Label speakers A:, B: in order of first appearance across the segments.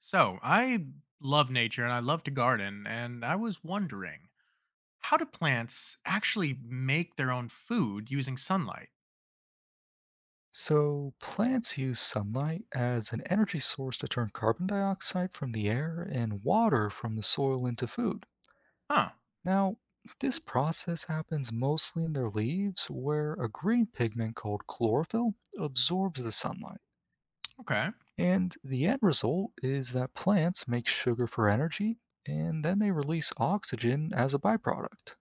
A: So, I love nature and I love to garden, and I was wondering how do plants actually make their own food using sunlight?
B: So, plants use sunlight as an energy source to turn carbon dioxide from the air and water from the soil into food.
A: Huh,
B: Now, this process happens mostly in their leaves, where a green pigment called chlorophyll absorbs the sunlight.
A: okay.
B: And the end result is that plants make sugar for energy, and then they release oxygen as a byproduct.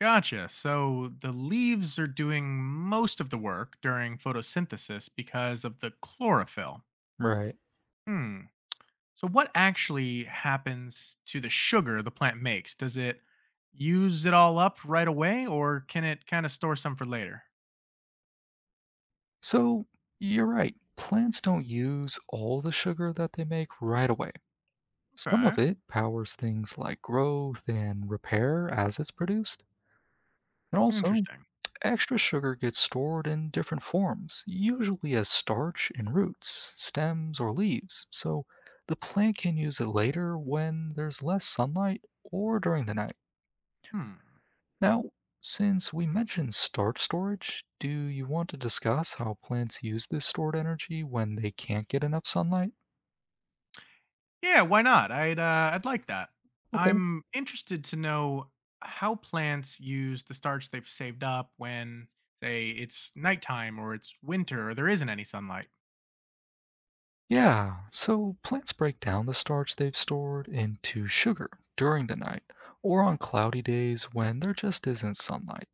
A: Gotcha. So, the leaves are doing most of the work during photosynthesis because of the chlorophyll.
B: Right.
A: Hmm. So, what actually happens to the sugar the plant makes? Does it use it all up right away, or can it kind of store some for later?
B: So, you're right, plants don't use all the sugar that they make right away. Some
A: Okay.
B: of it powers things like growth and repair as it's produced. And also,
A: Interesting.
B: extra sugar gets stored in different forms, usually as starch in roots, stems, or leaves, so the plant can use it later when there's less sunlight or during the night.
A: Hmm.
B: Now, since we mentioned starch storage, do you want to discuss how plants use this stored energy when they can't get enough sunlight?
A: Yeah, why not? I'd like that.
B: Okay.
A: I'm interested to know how plants use the starch they've saved up when, say, it's nighttime or it's winter or there isn't any sunlight.
B: Yeah, so plants break down the starch they've stored into sugar during the night or on cloudy days when there just isn't sunlight.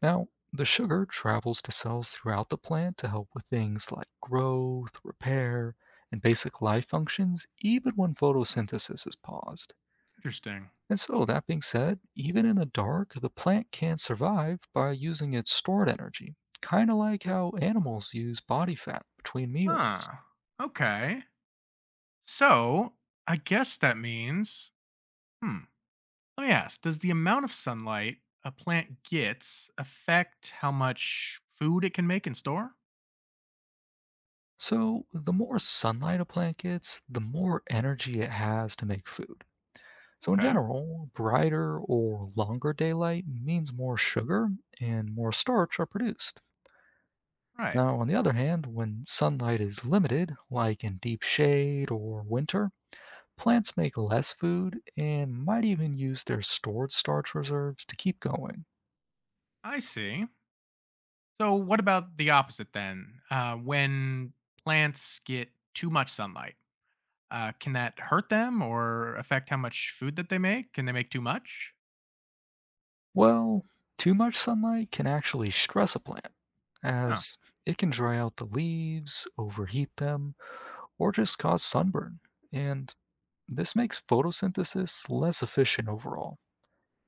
B: Now, the sugar travels to cells throughout the plant to help with things like growth, repair, and basic life functions, even when
A: Hmm,
B: photosynthesis is paused.
A: interesting.
B: And so, that being said, even in the dark, the plant can survive by using its stored energy, kind of like how animals use body fat between meals.
A: Huh. Okay. So I guess that means. Hmm. Let me ask: does the amount of sunlight a plant gets affect how much food it can make and store?
B: So, the more sunlight a plant gets, the more energy it has to make food. So, in
A: Okay.
B: general, brighter or longer daylight means more sugar and more starch are produced.
A: Right.
B: Now, on the other hand, when sunlight is limited, like in deep shade or winter, plants make less food and might even use their stored starch reserves to keep going.
A: I see. So, what about the opposite then? When plants get too much sunlight, can that hurt them or affect how much food that they make? Can they make too much?
B: Well, too much sunlight can actually stress a plant,
A: Huh,
B: as it can dry out the leaves, overheat them, or just cause sunburn. And this makes photosynthesis less efficient overall.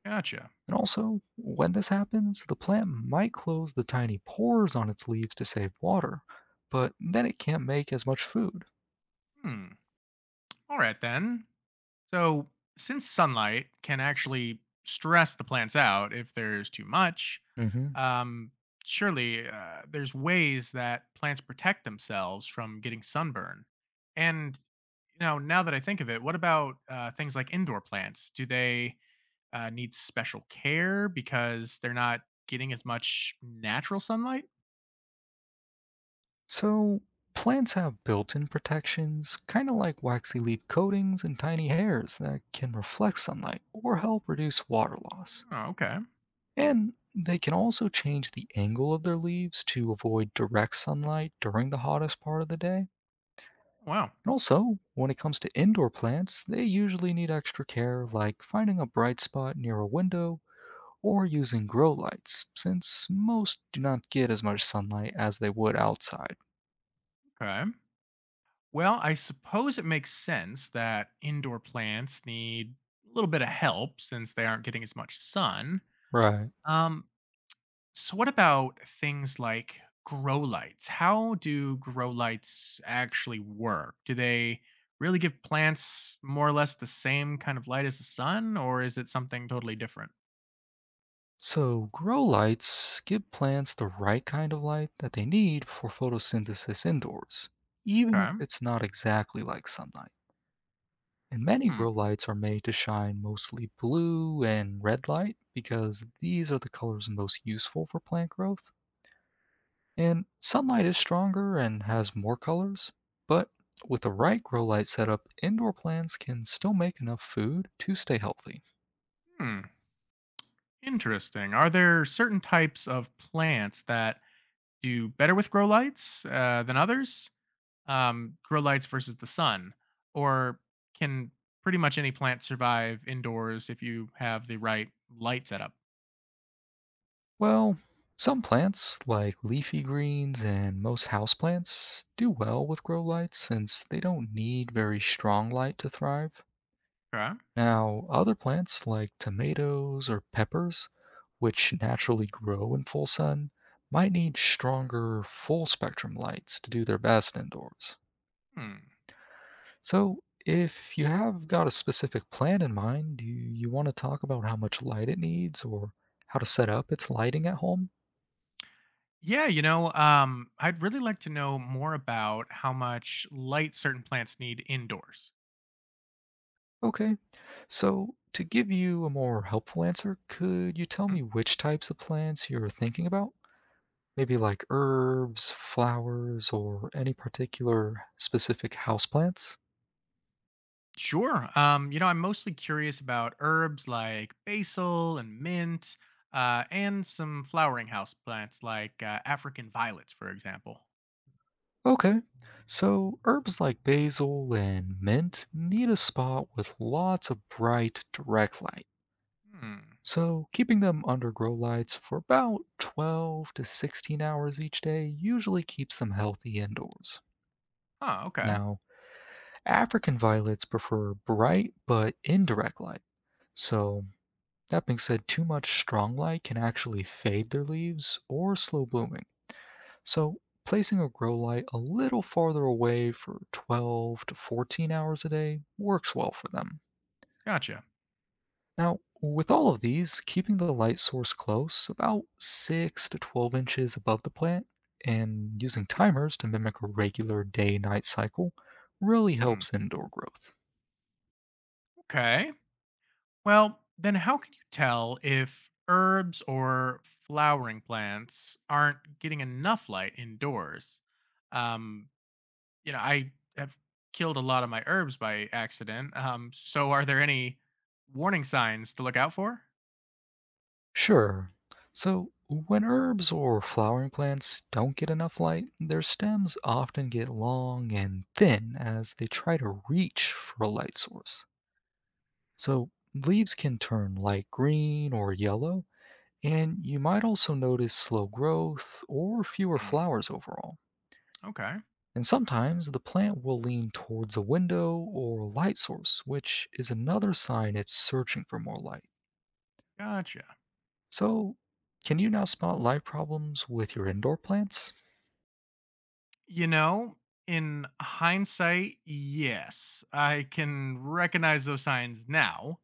A: gotcha.
B: And also, when this happens, the plant might close the tiny pores on its leaves to save water, but then it can't make as much food.
A: Hmm. All right then. So, since sunlight can actually stress the plants out if there's too much,
B: hmm
A: um, surely there's ways that plants protect themselves from getting sunburn. And now that I think of it, what about things like indoor plants? Do they needs special care because they're not getting as much natural sunlight?
B: So, plants have built in protections, kind of like waxy leaf coatings and tiny hairs that can reflect sunlight or help reduce water loss.
A: Oh, okay.
B: And they can also change the angle of their leaves to avoid direct sunlight during the hottest part of the day.
A: Wow.
B: And also, when it comes to indoor plants, they usually need extra care, like finding a bright spot near a window or using grow lights, since most do not get as much sunlight as they would outside.
A: Okay. Well, I suppose it makes sense that indoor plants need a little bit of help since they aren't getting as much sun.
B: Right.
A: Um, so, what about things like grow lights? How do grow lights actually work? Do they really give plants more or less the same kind of light as the sun, or is it something totally different?
B: So, grow lights give plants the right kind of light that they need for photosynthesis indoors, even if
A: Okay.
B: it's not exactly like sunlight. And many
A: Hmm.
B: grow lights are made to shine mostly blue and red light because these are the colors most useful for plant growth. And sunlight is stronger and has more colors, but with the right grow light setup, indoor plants can still make enough food to stay healthy.
A: Hmm. Interesting. Are there certain types of plants that do better with grow lights than others? Grow lights versus the sun, or can pretty much any plant survive indoors if you have the right light setup?
B: Well, some plants, like leafy greens and most houseplants, do well with grow lights since they don't need very strong light to thrive.
A: Okay.
B: Now, other plants, like tomatoes or peppers, which naturally grow in full sun, might need stronger full spectrum lights to do their best indoors.
A: Hmm.
B: So, if you have got a specific plan in mind, do you want to talk about how much light it needs or how to set up its lighting at home?
A: Yeah, I'd really like to know more about how much light certain plants need indoors.
B: Okay, so to give you a more helpful answer, could you tell me which types of plants you're thinking about? Maybe like herbs, flowers, or any particular specific houseplants?
A: Sure. I'm mostly curious about herbs like basil and mint, and some flowering house plants like African violets, for example.
B: Okay, so herbs like basil and mint need a spot with lots of bright, direct light.
A: Hmm.
B: So, keeping them under grow lights for about 12 to 16 hours each day usually keeps them healthy indoors.
A: Huh. Okay.
B: Now, African violets prefer bright but indirect light. So, that being said, too much strong light can actually fade their leaves or slow blooming. So, placing a grow light a little farther away for 12 to 14 hours a day works well for them.
A: Gotcha.
B: Now, with all of these, keeping the light source close, about 6 to 12 inches above the plant, and using timers to mimic a regular day night cycle really
A: Hmm.
B: helps indoor growth.
A: Okay. Well, then how can you tell if herbs or flowering plants aren't getting enough light indoors? Um, I have killed a lot of my herbs by accident. So are there any warning signs to look out for?
B: Sure. So, when herbs or flowering plants don't get enough light, their stems often get long and thin as they try to reach for a light source. So, leaves can turn light green or yellow, and you might also notice slow growth or fewer flowers overall.
A: Okay.
B: And sometimes the plant will lean towards a window or light source, which is another sign it's searching for more light.
A: Gotcha.
B: So, can you now spot light problems with your indoor plants?
A: You know, in hindsight, yes, I can recognize those signs now.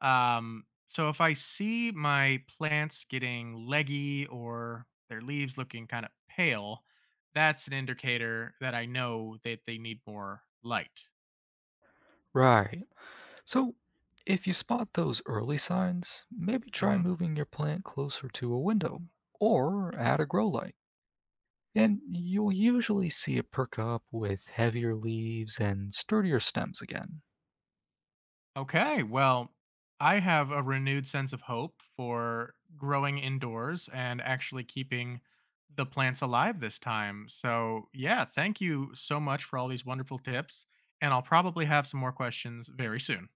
A: So if I see my plants getting leggy or their leaves looking kind of pale, that's an indicator that I know that they need more light.
B: Right. So, if you spot those early signs, maybe try
A: Mhm.
B: moving your plant closer to a window or add a grow light. And you'll usually see it perk up with heavier leaves and sturdier stems again.
A: Okay, well, I have a renewed sense of hope for growing indoors and actually keeping the plants alive this time. So, yeah, thank you so much for all these wonderful tips. And I'll probably have some more questions very soon.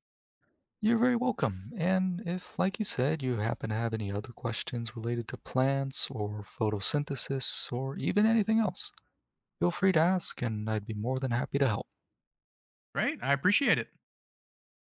B: You're very welcome. And if, like you said, you happen to have any other questions related to plants or photosynthesis or even anything else, feel free to ask and I'd be more than happy to help.
A: Great. I appreciate it.